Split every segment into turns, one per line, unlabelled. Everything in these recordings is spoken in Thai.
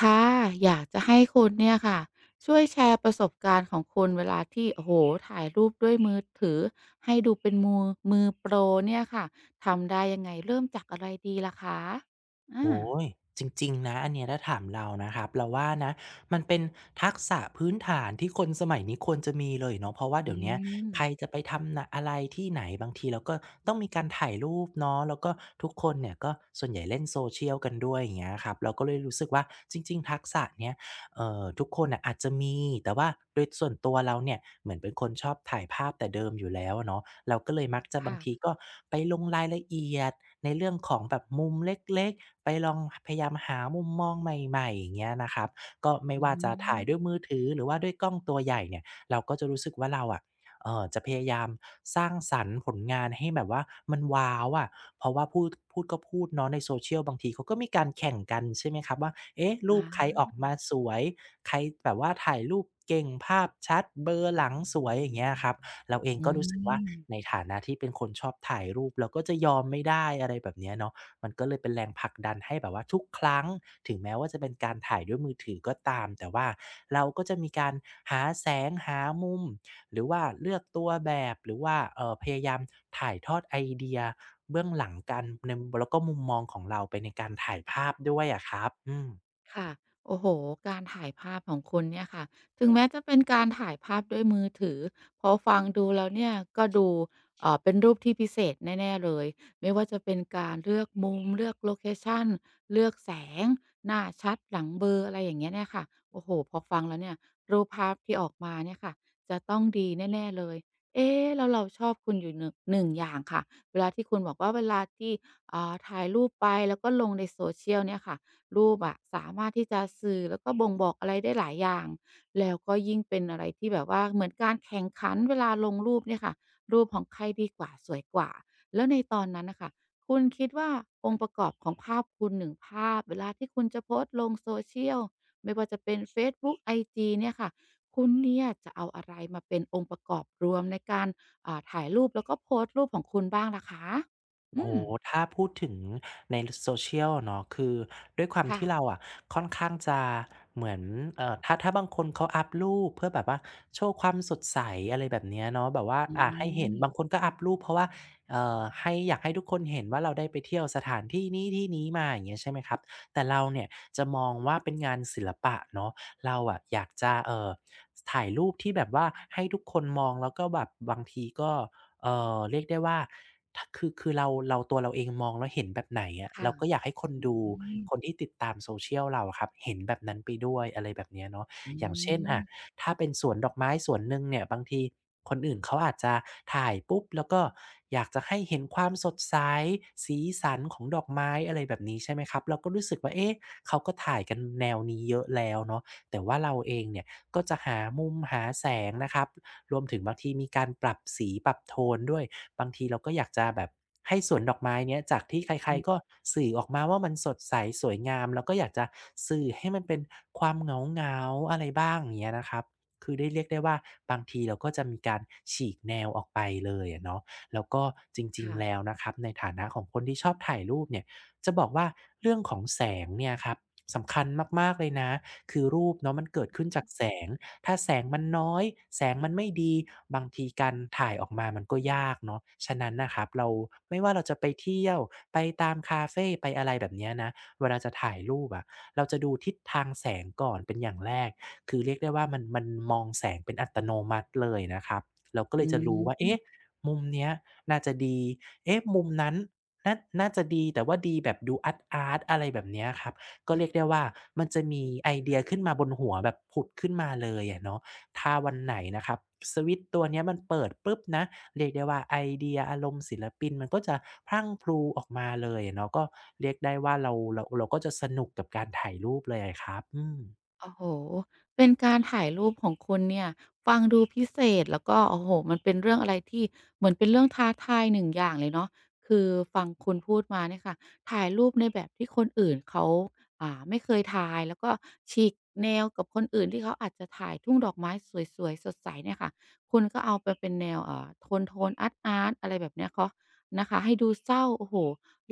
ค่ะอยากจะให้คุณเนี่ยค่ะช่วยแชร์ประสบการณ์ของคุณเวลาที่โอ้โฮถ่ายรูปด้วยมือถือให้ดูเป็นมือโปรเนี่ยค่ะทำได้ยังไงเริ่มจากอะไรดีล่ะคะอา
โอ้ยจริงๆนะอันเนี้ยถ้าถามเรานะครับเราว่านะมันเป็นทักษะพื้นฐานที่คนสมัยนี้ควรจะมีเลยเนาะเพราะว่า
อื
เดี๋ยวเนี้ย
ม
ใครจะไปทำนะอะไรที่ไหนบางทีเราก็ต้องมีการถ่ายรูปเนาะแล้วก็ทุกคนเนี่ยก็ส่วนใหญ่เล่น social กันด้วยอย่างเงี้ยครับเราก็เลยรู้สึกว่าจริงๆทักษะเนี้ยทุกคนน่ะอาจจะมีแต่ว่าโดยส่วนตัวเราเนี่ยเหมือนเป็นคนชอบถ่ายภาพแต่เดิมอยู่แล้วอะเนาะเราก็เลยมักจะบาง
ค่ะ
ทีก็ไปลงรายละเอียด ในเรื่องของแบบมุมเล็กๆไปลองพยายามหามุมมองใหม่ๆอย่างเงี้ยนะครับก็ไม่
อื
ว่าจะถ่าย
ม
ด้วยมือถือหรือว่าด้วยกล้องตัวใหญ่เนี่ยเราก็จะรู้สึกว่าเราอะจะพยายามสร้างสรรค์ผลงานให้แบบว่ามันว้าวอะเพราะว่าพูดก็พูดเนาะใน social บางทีเขาก็มีการแข่งกันใช่ไหมครับว่าเอ๊ะรูปใคร
อา
ออกมาสวยใครแบบว่าถ่ายรูปเก่งภาพชัดเบลอร์หลังสวยอย่างเงี้ยครับ เราเอง
อื
ก็รู้สึกว่าใน
ม
ฐานะที่เป็นคนชอบถ่ายรูปเราก็จะยอมไม่ได้อะไรแบบเนี้ยเนาะมันก็เลยเป็นแรงผลักดันให้แบบว่าทุกครั้งถึงแม้ว่าจะเป็นการถ่ายด้วยมือถือก็ตามแต่ว่าเราก็จะมีการหาแสงหามุมหรือว่าเลือกตัวแบบหรือว่าพยายามถ่ายทอดไอเดียเบื้องหลังกันในแล้วก็มุมมองของเราไปในการถ่ายภาพด้วยอะครับอืม
ค่ะโอ้โหการถ่ายภาพของคุณเนี่ยค่ะถึงแม้จะเป็นการถ่ายภาพด้วยมือถือพอฟังดูแล้วเนี่ยก็ดูเป็นรูปที่พิเศษแน่ๆเลยไม่ว่าจะเป็นการเลือกมุมเลือกโลเคชันเลือกแสงหน้าชัดหลังเบลออะไรอย่างเงี้ยเนี่ยค่ะโอ้โฮพอฟังแล้วเนี่ยรูปภาพที่ออกมาเนี่ยค่ะจะต้องดีแน่ๆเลยเอ๊ะแล้วเราชอบคุณอยู่หนึ่ง1อย่างค่ะเวลาที่คุณบอกว่าเวลาที่ถ่ายรูปไปแล้วก็ลงใน Social เนี่ยค่ะ รูปอะสามารถที่จะสื่อแล้วก็บ่งบอกอะไรได้หลายอย่างแล้วก็ยิ่งเป็นอะไรที่แบบว่าเหมือนการแข่งขันเวลาลงรูปเนี่ยค่ะรูปของใครดีกว่าสวยกว่าแล้วในตอนนั้นน่ะค่ะคุณคิดว่าองค์ประกอบของภาพคุณ1ภาพเวลาที่คุณจะโพสต์ลง social ไม่ว่าจะเป็นเฟซบุ๊กไอจีเนี่ยค่ะคุณเนี่ยจะเอาอะไรมาเป็นองค์ประกอบรวมในการถ่ายรูปแล้วก็โพสต์รูปของคุณบ้างล่ะคะ
โอ้
อื
โฮ
ม
ถ้าพูดถึงในล social อะเนาะคือด้วยความ
ค่ะ
ที่เราอะค่อนข้างจะเหมือนถ้าบางคนเขาอัปรูปเพื่อแบบว่าโชว์ความสดใสอะไรแบบเนี้ยเนาะแบบว่า
อื
ให้เห็น
ม
บางคนก็อัปรูปเพราะว่าให้อยากให้ทุกคนเห็นว่าเราได้ไปเที่ยวสถานที่นี้ที่นี้มาอย่างเงี้ยใช่ไหมครับแต่เราเนี่ยจะมองว่าเป็นงานศิลปะเนาะเราอะอยากจะถ่ายรูปที่แบบว่าให้ทุกคนมองแล้วก็แบบบางทีก็ เรียกได้ว่าถคือคือเราตัวเราเองมองแล้วเห็นแบบไหนอะ
ค่ะ
เราก็อยากให้คน
อื
ดูคน
ม
ที่ติดตาม social เราอะครับเห็นแบบนั้นไปด้วยอะไรแบบเนี้ยเนาะ
อื
อย่างเช่นอะ
ม
ถ้าเป็นสวนดอกไม้สวนหนึ่งเนี่ยบางทีคนอื่นเขาอาจจะถ่ายปุ๊บแล้วก็อยากจะให้เห็นความสดใสสีสันของดอกไม้อะไรแบบนี้ใช่ไหมครับเราก็รู้สึกว่าเอ๊ะเขาก็ถ่ายกันแนวนี้เยอะแล้วเนาะแต่ว่าเราเองเนี่ยก็จะหามุมหาแสงนะครับ รวมถึงบางทีมีการปรับสีปรับโทนด้วยบางทีเราก็อยากจะแบบให้สวนดอกไม้เนี้ยจากที่ใคร
อื
ๆก็
ม
สื่อออกมาว่ามันสดใสสวยงามเราก็อยากจะสื่อให้มันเป็นความเหงาๆอะไรบ้างอย่างเงี้ยนะครับคือได้เรียกได้ว่าบางทีเราก็จะมีการฉีกแนวออกไปเลยอะเนาะแล้วก็จริง
ค่ะ
ๆแล้วนะครับในฐานะของคนที่ชอบถ่ายรูปเนี่ยจะบอกว่าเรื่องของแสงเนี่ยครับสำคัญมากๆเลยนะคือรูปเนาะมันเกิดขึ้นจากแสง ถ้าแสงมันน้อยแสงมันไม่ดีบางทีการถ่ายออกมามันก็ยากเนาะฉะนั้นนะครับเราไม่ว่าเราจะไปเที่ยวไปตามคาเฟไปอะไรแบบเนี้ยนะเวลาจะถ่ายรูปอะเราจะดูทิศทางแสงก่อนเป็นอย่างแรกคือเรียกได้ว่ามันมองแสงเป็นอัตโนมัติเลยนะครับเราก็เล
อื
ยจะรู้ว่า
ม
เอ๊ะมุมเนี้ยน่าจะดีเอ๊ะมุมนั้นน่าจะดีแต่ว่าดีแบบดูอาร์ตๆอะไรแบบเนี้ยครับ ก็เรียกได้ว่ามันจะมีไอเดียขึ้นมาบนหัวแบบผุดขึ้นมาเลยอะเนาะถ้าวันไหนนะครับสวิตช์ตัวเนี้ยมันเปิดปุ๊บนะเรียกได้ว่าไอเดียอารมณ์ศิลปินมันก็จะพรั่งพรูออกมาเลยอะเนาะก็เรียกได้ว่าเราก็จะสนุกกับการถ่ายรูปเลยอะครับอืม
โอ้โฮเป็นการถ่ายรูปของคุณเนี่ยฟังดูพิเศษแล้วก็โอ้โฮมันเป็นเรื่องอะไรที่เหมือนเป็นเรื่องท้าทายหนึ่งอย่างเลยเนาะคือฟังคุณพูดมาเนี่ยค่ะถ่ายรูปในแบบที่คนอื่นเขาไม่เคยถ่ายแล้วก็ฉีกแนวกับคนอื่นที่เขาอาจจะถ่ายทุ่งดอกไม้สวยๆสดใสเนี่ยค่ะคุณก็เอาไปเป็นแนวโทนๆอาร์ตๆอะไรแบบเนี้ยเคาะนะคะให้ดูเศร้าโอ้โฮ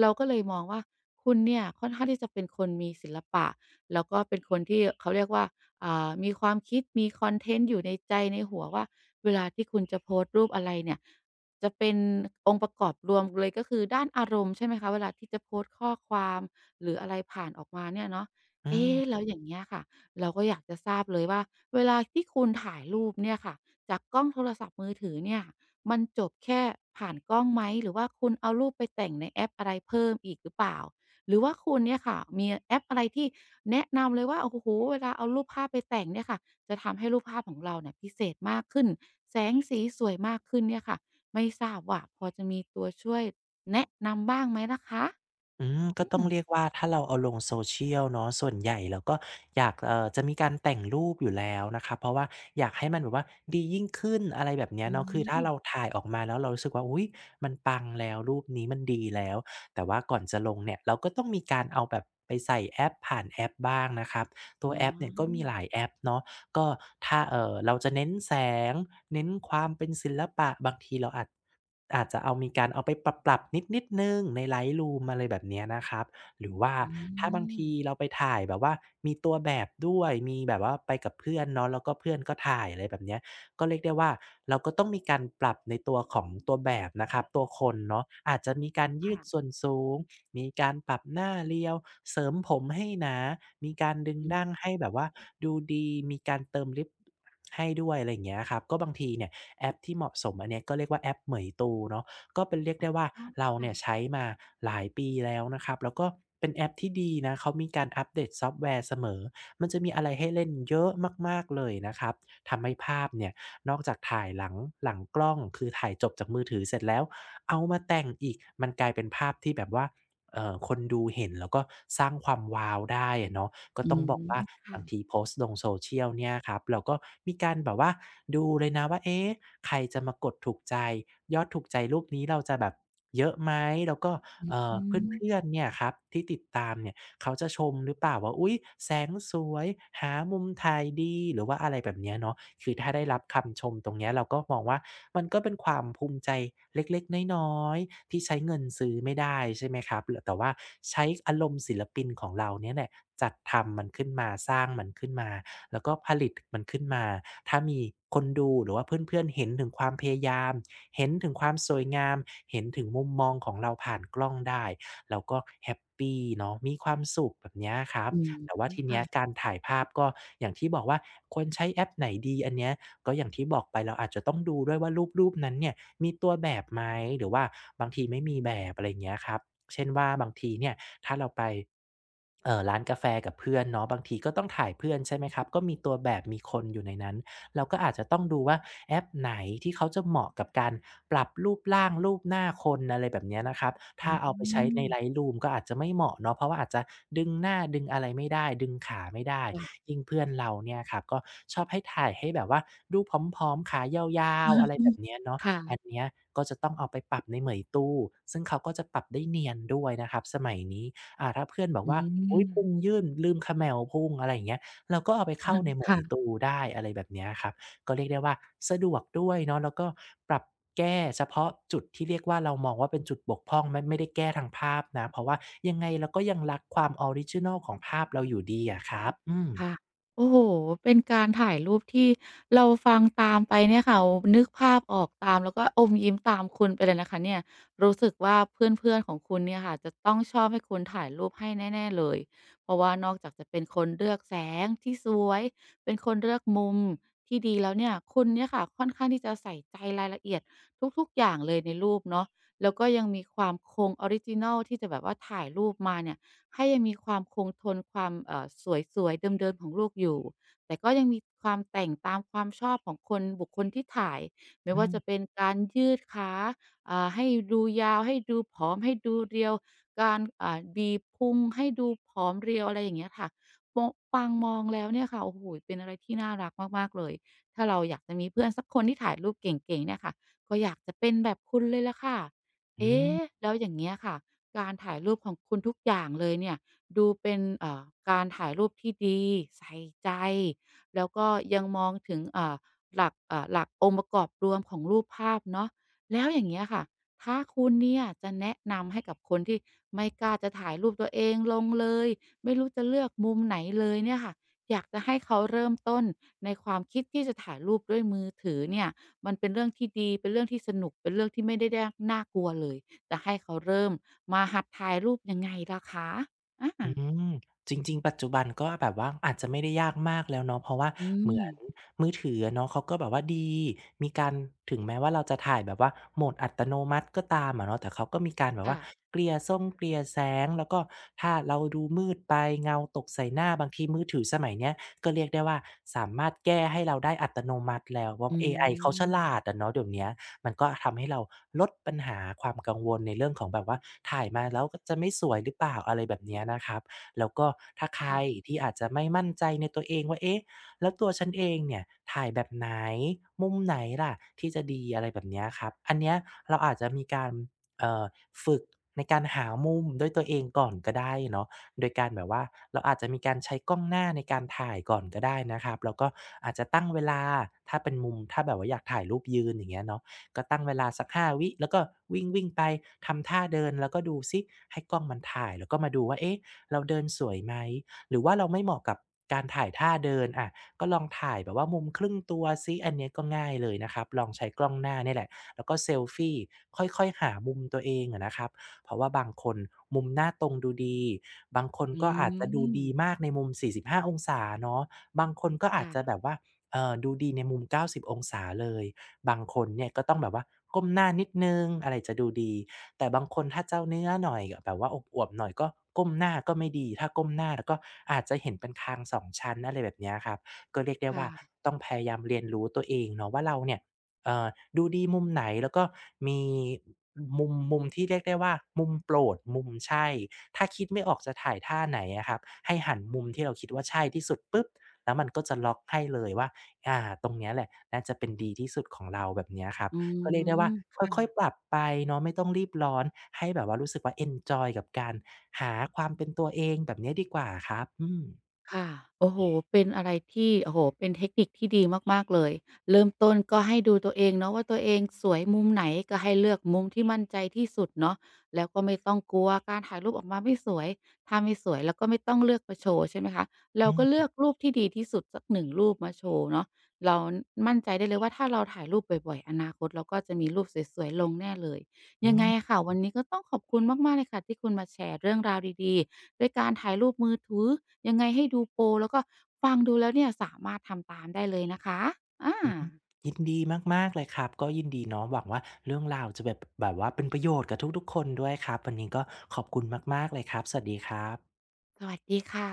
เราก็เลยมองว่าคุณเนี่ยค่อนข้างที่จะเป็นคนมีศิลปะ แล้วก็เป็นคนที่เขาเรียกว่ามีความคิดมีคอนเทนต์อยู่ในใจในหัวว่าเวลาที่คุณจะโพสต์รูปอะไรเนี่ย จะเป็นองค์ประกอบรวมเลยก็คือด้านอารมณ์ใช่ไหมคะเวลาที่จะโพสต์ข้อความหรืออะไรผ่านออกมาเนี่ยเนาะ
อื
เอ๊
ม
แล้วอย่างเงี้ยค่ะ เราก็อยากจะทราบเลยว่าเวลาที่คุณถ่ายรูปเนี่ยค่ะจากกล้องโทรศัพท์มือถือเนี่ยมันจบแค่ผ่านกล้องไหมหรือว่าคุณเอารูปไปแต่งในแอปอะไรเพิ่มอีกหรือเปล่า หรือว่าคุณเนี่ยค่ะมีแอปอะไรที่แนะนำเลยว่าโอ้โฮเวลาเอารูปภาพไปแต่งเนี่ยค่ะจะทำให้รูปภาพของเราเนี่ยพิเศษมากขึ้นแสงสีสวยมากขึ้นเนี่ยค่ะไม่ทราบว่าพอจะมีตัวช่วยแนะนำบ้างไหมล่ะคะ
อืมก็
อื
ต้อ
ม
งเรียกว่าถ้าเราเอาลง social เนาะส่วนใหญ่เราก็อยากจะมีการแต่งรูปอยู่แล้วนะครับเพราะว่าอยากให้มันแบบว่าดียิ่งขึ้นอะไรแบบเนี้ย
อื
เนาะคือถ้าเรา
ม
ถ่ายออกมาแล้วเรารู้สึกว่าอุ๊ยมันปังแล้วรูปนี้มันดีแล้วแต่ว่าก่อนจะลงเนี่ยเราก็ต้องมีการเอาแบบไปใส่แอปผ่านแอปบ้างนะครับตัว
อ๋อ
แอปเนี่ยก็มีหลายแอปเนาะก็ถ้าเราจะเน้นแสงเน้นความเป็นศิลปะบางทีเราอาจจะเอามีการเอาไปปรับนิดนดหนึ่งใน Lightroom อะไรแบบเนี้ยนะครับหรือว่า
อื
ถ้าบาง
ม
ทีเราไปถ่ายแบบว่ามีตัวแบบด้วยมีแบบว่าไปกับเพื่อนเนาะแล้วก็เพื่อนก็ถ่ายอะไรแบบเนี้ยก็เรียกได้ว่าเราก็ต้องมีการปรับในตัวของตัวแบบนะครับตัวคนเนาะอาจจะมีการยืดส่วน
ค่ะ
สูงมีการปรับหน้าเรียวเสริมผมให้หนามีการดึง
อื
ดั้ง
ม
ให้แบบว่าดูดีมีการเติมลิปให้ด้วยอะไรอย่างเงี้ยครับก็บางทีเนี่ย แอปที่เหมาะสมอันเนี้ยก็เรียกว่าแอปเหมยตูเนาะก็เป็นเรียกได้ว่าเราเนี่ยใช้
ค่ะ
มาหลายปีแล้วนะครับแล้วก็เป็นแอปที่ดีนะเขามีการอัปเดตซอฟต์แวร์เสมอมันจะมีอะไรให้เล่นเยอะมากๆเลยนะครับทำให้ภาพเนี่ยนอกจากถ่ายหลังกล้องคือถ่ายจบจากมือถือเสร็จแล้วเอามาแต่งอีกมันกลายเป็นภาพที่แบบว่า คนดูเห็นแล้วก็สร้างความว้าวได้อะเนาะก็
อื
ต้องบ
ม
อกว่าบาง
ค่ะ
ทีโพสต์ลง social เนี่ยครับเราก็มีการแบบว่าดูเลยนะว่าเอ๊ะใครจะมากดถูกใจยอดถูกใจรูปนี้เราจะแบบเยอะไหมแล้วก็
อื
เพื่อ
ม
นๆเนี่ยครับที่ติดตามเนี่ย เขาจะชมหรือเปล่าว่าอุ๊ยแสงสวยหามุมถ่ายดีหรือว่าอะไรแบบเนี้ยเนาะคือถ้าได้รับคำชมตรงเนี้ยเราก็มองว่ามันก็เป็นความภูมิใจเล็กๆน้อยๆที่ใช้เงินซื้อไม่ได้ใช่ไหมครับแต่ว่าใช้อารมณ์ศิลปินของเราเนี่ยแหละจัดทำมันขึ้นมาสร้างมันขึ้นมาแล้วก็ผลิตมันขึ้นมาถ้ามีคนดูหรือว่าเพื่อนๆเห็นถึงความพยายามเห็นถึงความสวยงามเห็นถึงมุมมองของเราผ่านกล้องได้ เราก็แฮปปีเนาะมีความสุขแบบเนี้ยครับ
อืม
แต่ว่าทีเนี้ย
ค่ะ
การถ่ายภาพก็อย่างที่บอกว่าควรใช้แอปไหนดีอันเนี้ยก็อย่างที่บอกไปเราอาจจะต้องดูด้วยว่ารูปนั้นเนี่ยมีตัวแบบไหมหรือว่าบางทีไม่มีแบบอะไรเงี้ยครับเช่นว่าบางทีเนี่ยถ้าเราไป ร้านกาแฟกับเพื่อนเนาะบางทีก็ต้องถ่ายเพื่อนใช่ไหมครับก็มีตัวแบบมีคนอยู่ในนั้นเราก็อาจจะต้องดูว่าแอปไหนที่เขาจะเหมาะกับการปรับรูปร่างรูปหน้าคนอะไรแบบเนี้ยนะครับ
อื
ถ้าเอาไปใช้ใน
ม
ไล g ์ t ูมก็อาจจะไม่เหมาะเนาะเพราะว่าอาจจะดึงหน้าดึงอะไรไม่ได้ดึงขาไม่ได้
ค่ะ
ยิ่งเพื่อนเราเนี่ยครับก็ชอบให้ถ่ายให้แบบว่าดูผอมๆขายาวๆอะไรแบบเนี้ยเนาะ
ค่ะ
อันเนี้ยก็จะต้องเอาไปปรับในเหมยตู้ซึ่งเขาก็จะปรับได้เนียนด้วยนะครับสมัยนี้ อ่าถ้าเพื่อนบอก
อื
ว่าอุ๊ยพุง
ม
ยื่นลืมเขม่าพุงอะไรอย่างเงี้ยเราก็เอาไปเข้าในเหมอย
ค่ะ
ตูได้อะไรแบบเนี้ยครับก็เรียกได้ว่าสะดวกด้วยเนาะแล้วก็ปรับแก้เฉพาะจุดที่เรียกว่าเรามองว่าเป็นจุดบกพร่องไม่ได้แก้ทางภาพนะเพราะว่ายังไงเราก็ยังรักความออริจินัลของภาพเราอยู่ดีอะครับ
ค่ะโอ้โห เป็นการถ่ายรูปที่เราฟังตามไปเนี่ยค่ะนึกภาพออกตามแล้วก็อมยิ้มตามคุณไปเลยนะคะเนี่ยรู้สึกว่าเพื่อนๆของคุณเนี่ยค่ะจะต้องชอบให้คุณถ่ายรูปให้แน่ๆเลยเพราะว่านอกจากจะเป็นคนเลือกแสงที่สวยเป็นคนเลือกมุมที่ดีแล้วเนี่ยคุณเนี่ยค่ะค่อนข้างที่จะใส่ใจรายละเอียดทุกๆอย่างเลยในรูปเนาะแล้วก็ยังมีความคงออริจินัลที่จะแบบว่าถ่ายรูปมาเนี่ย ให้ยังมีความคงทนความสวยๆเดิมๆของลูกอยู่แต่ก็ยังมีความแต่งตามความชอบของคนบุคคลที่ถ่ายไม่
อื
ว่าจะ
ม
เป็นการยืดขาให้ดูยาวให้ดูผอมให้ดูเรียวการบีบพุงให้ดูผอมเรียวอะไรอย่างเงี้ยค่ะมองฟังมองแล้วเนี่ยค่ะโอ้โหเป็นอะไรที่น่ารักมากๆเลยถ้าเราอยากจะมีเพื่อนสักคนที่ถ่ายรูปเก่งๆเนี่ยค่ะก็อยากจะเป็นแบบคุณเลยละค่ะ
อื
เอ๊
ม
ะแล้วอย่างเงี้ยค่ะ การถ่ายรูปของคุณทุกอย่างเลยเนี่ยดูเป็นการถ่ายรูปที่ดีใส่ใจแล้วก็ยังมองถึงหลักองค์ประกอบรวมของรูปภาพเนาะแล้วอย่างเงี้ยค่ะถ้าคุณเนี่ยจะแนะนำให้กับคนที่ไม่กล้าจะถ่ายรูปตัวเองลงเลยไม่รู้จะเลือกมุมไหนเลยเนี่ยค่ะอยากจะให้เขาเริ่มต้นในความคิดที่จะถ่ายรูปด้วยมือถือเนี่ยมันเป็นเรื่องที่ดีเป็นเรื่องที่สนุกเป็นเรื่องที่ไม่ได้แด้น่ากลัวเลย จะให้เขาเริ่มมาหัดถ่ายรูปยังไงล่ะคะอา
อืมจริงๆปัจจุบันก็แบบว่าอาจจะไม่ได้ยากมากแล้วเนาะเพราะว่า
อื
เหมื
ม
อนมือถืออะเนาะเขาก็แบบว่าดีมีการถึงแม้ว่าเราจะถ่ายแบบว่าโหมดอัตโนมัติก็ตามอะเนาะแต่เขาก็มีการแบบว่า
ค่ะ
เกลี่ยส่งเกลี่ยแสงแล้วก็ถ้าเราดูมืดไปเงาตกใส่หน้าบางทีมือถือสมัยเนี้ยก็เรียกได้ว่าสามารถแก้ให้เราได้อัตโนมัติแล้วเพราะ
อื
AIเขาฉ
ม
ลาดอะเนาะเดี๋ยวเนี้ย มันก็ทำให้เราลดปัญหาความกังวลในเรื่องของแบบว่าถ่ายมาแล้วก็จะไม่สวยหรือเปล่าอะไรแบบเนี้ยนะครับแล้วก็ถ้าใคร
ค่ะ
ที่อาจจะไม่มั่นใจในตัวเองว่าเอ๊ะแล้วตัวฉันเองเนี่ยถ่ายแบบไหนมุมไหนล่ะที่จะดีอะไรแบบเนี้ยครับอันเนี้ยเราอาจจะมีการเอ่อฝึกในการหามุมด้วยตัวเองก่อนก็ได้เนาะโดยการแบบว่าเราอาจจะมีการใช้กล้องหน้าในการถ่ายก่อนก็ได้นะครับแล้วก็อาจจะตั้งเวลาถ้าเป็นมุมถ้าแบบว่าอยากถ่ายรูปยืนอย่างเงี้ยเนาะ ก็ตั้งเวลาสัก5วิแล้วก็วิ่งวิ่งไปทำท่าเดินแล้วก็ดูซิให้กล้องมันถ่ายแล้วก็มาดูว่าเอ๊ะเราเดินสวยไหมหรือว่าเราไม่เหมาะกับการถ่ายท่าเดินอะก็ลองถ่ายแบบว่ามุมครึ่งตัวซิอันเนี้ยก็ง่ายเลยนะครับลองใช้กล้องหน้านี่แหละแล้วก็เซลฟีค่อยๆหามุมตัวเองอะนะครับเพราะว่าบางคนมุมหน้าตรงดูดีบางคน
อื
ก็อาจจะดู
ม
ดีมากในมุม45องศาเนาะบางคนก็อาจจะแบ
ค่ะ
บว่าเออดูดีในมุม90องศาเลย บางคนเนี่ยก็ต้องแบบว่าก้มหน้านิดนึงอะไรจะดูดีแต่บางคนถ้าเจ้าเนื้อหน่อยแบบว่าอวบๆหน่อยก็ก้มหน้าก็ไม่ดีถ้าก้มหน้าแล้วก็อาจจะเห็นเป็นคางสองชั้นอะไรแบบเนี้ยครับก็เรียกได้
ค่ะ
ว่าต้องพยายามเรียนรู้ตัวเองเนาะว่าเราเนี่ยเอ่อดูดีมุมไหนแล้วก็มีมุมที่เรียกได้ว่ามุมโปรดมุมใช่ถ้าคิดไม่ออกจะถ่ายท่าไหนอะครับให้หันมุมที่เราคิดว่าใช่ที่สุดปุ๊บแล้วมันก็จะล็อกให้เลยว่า อาตรงเนี้ยแหละน่าจะเป็นดีที่สุดของเราแบบเนี้ยครับ
อื
ก็เรียกได้ว่า
มค
ค่อยๆป
่ะ
รับไปเนาะไม่ต้องรีบร้อนให้แบบว่ารู้สึกว่าเอนจอยกับการหาความเป็นตัวเองแบบเนี้ยดีกว่าครับอืม
ค่ะโอ้โฮเป็นอะไรที่โอ้โฮเป็นเทคนิคที่ดีมากๆ เลย เริ่มต้นก็ให้ดูตัวเองเนาะว่าตัวเองสวยมุมไหนก็ให้เลือกมุมที่มั่นใจที่สุดเนาะแล้วก็ไม่ต้องกลัวการถ่ายรูปออกมาไม่สวยถ้าไม่สวยเราก็ไม่ต้องเลือกมาโชว์ใช่ไหมคะเรา
อื
ก็เลื
ม
อกรูปที่ดีที่สุดสัก1รูปมาโชว์เนาะเรามั่นใจได้เลยว่าถ้าเราถ่ายรูปบ่อยๆอนาคตเราก็จะมีรูปสวยๆลงแน่เลย
อื
ยังไง
ม
อะค่ะวันนี้ก็ต้องขอบคุณมากๆเลยค่ะที่คุณมาแชร์เรื่องราวดีๆด้วยการถ่ายรูปมือถือยังไงให้ดูโปรแล้วก็ฟังดูแล้วเนี่ยสามารถทำตามได้เลยนะคะอา
อือฮึยินดีมากๆเลยครับ ก็ยินดีเนาะหวังว่าเรื่องราวจะแบบแบบว่าเป็นประโยชน์กับทุกๆคนด้วยครับวันนี้ก็ขอบคุณมากๆเลยครับ สวัสดีครับ
สวัสดีค่ะ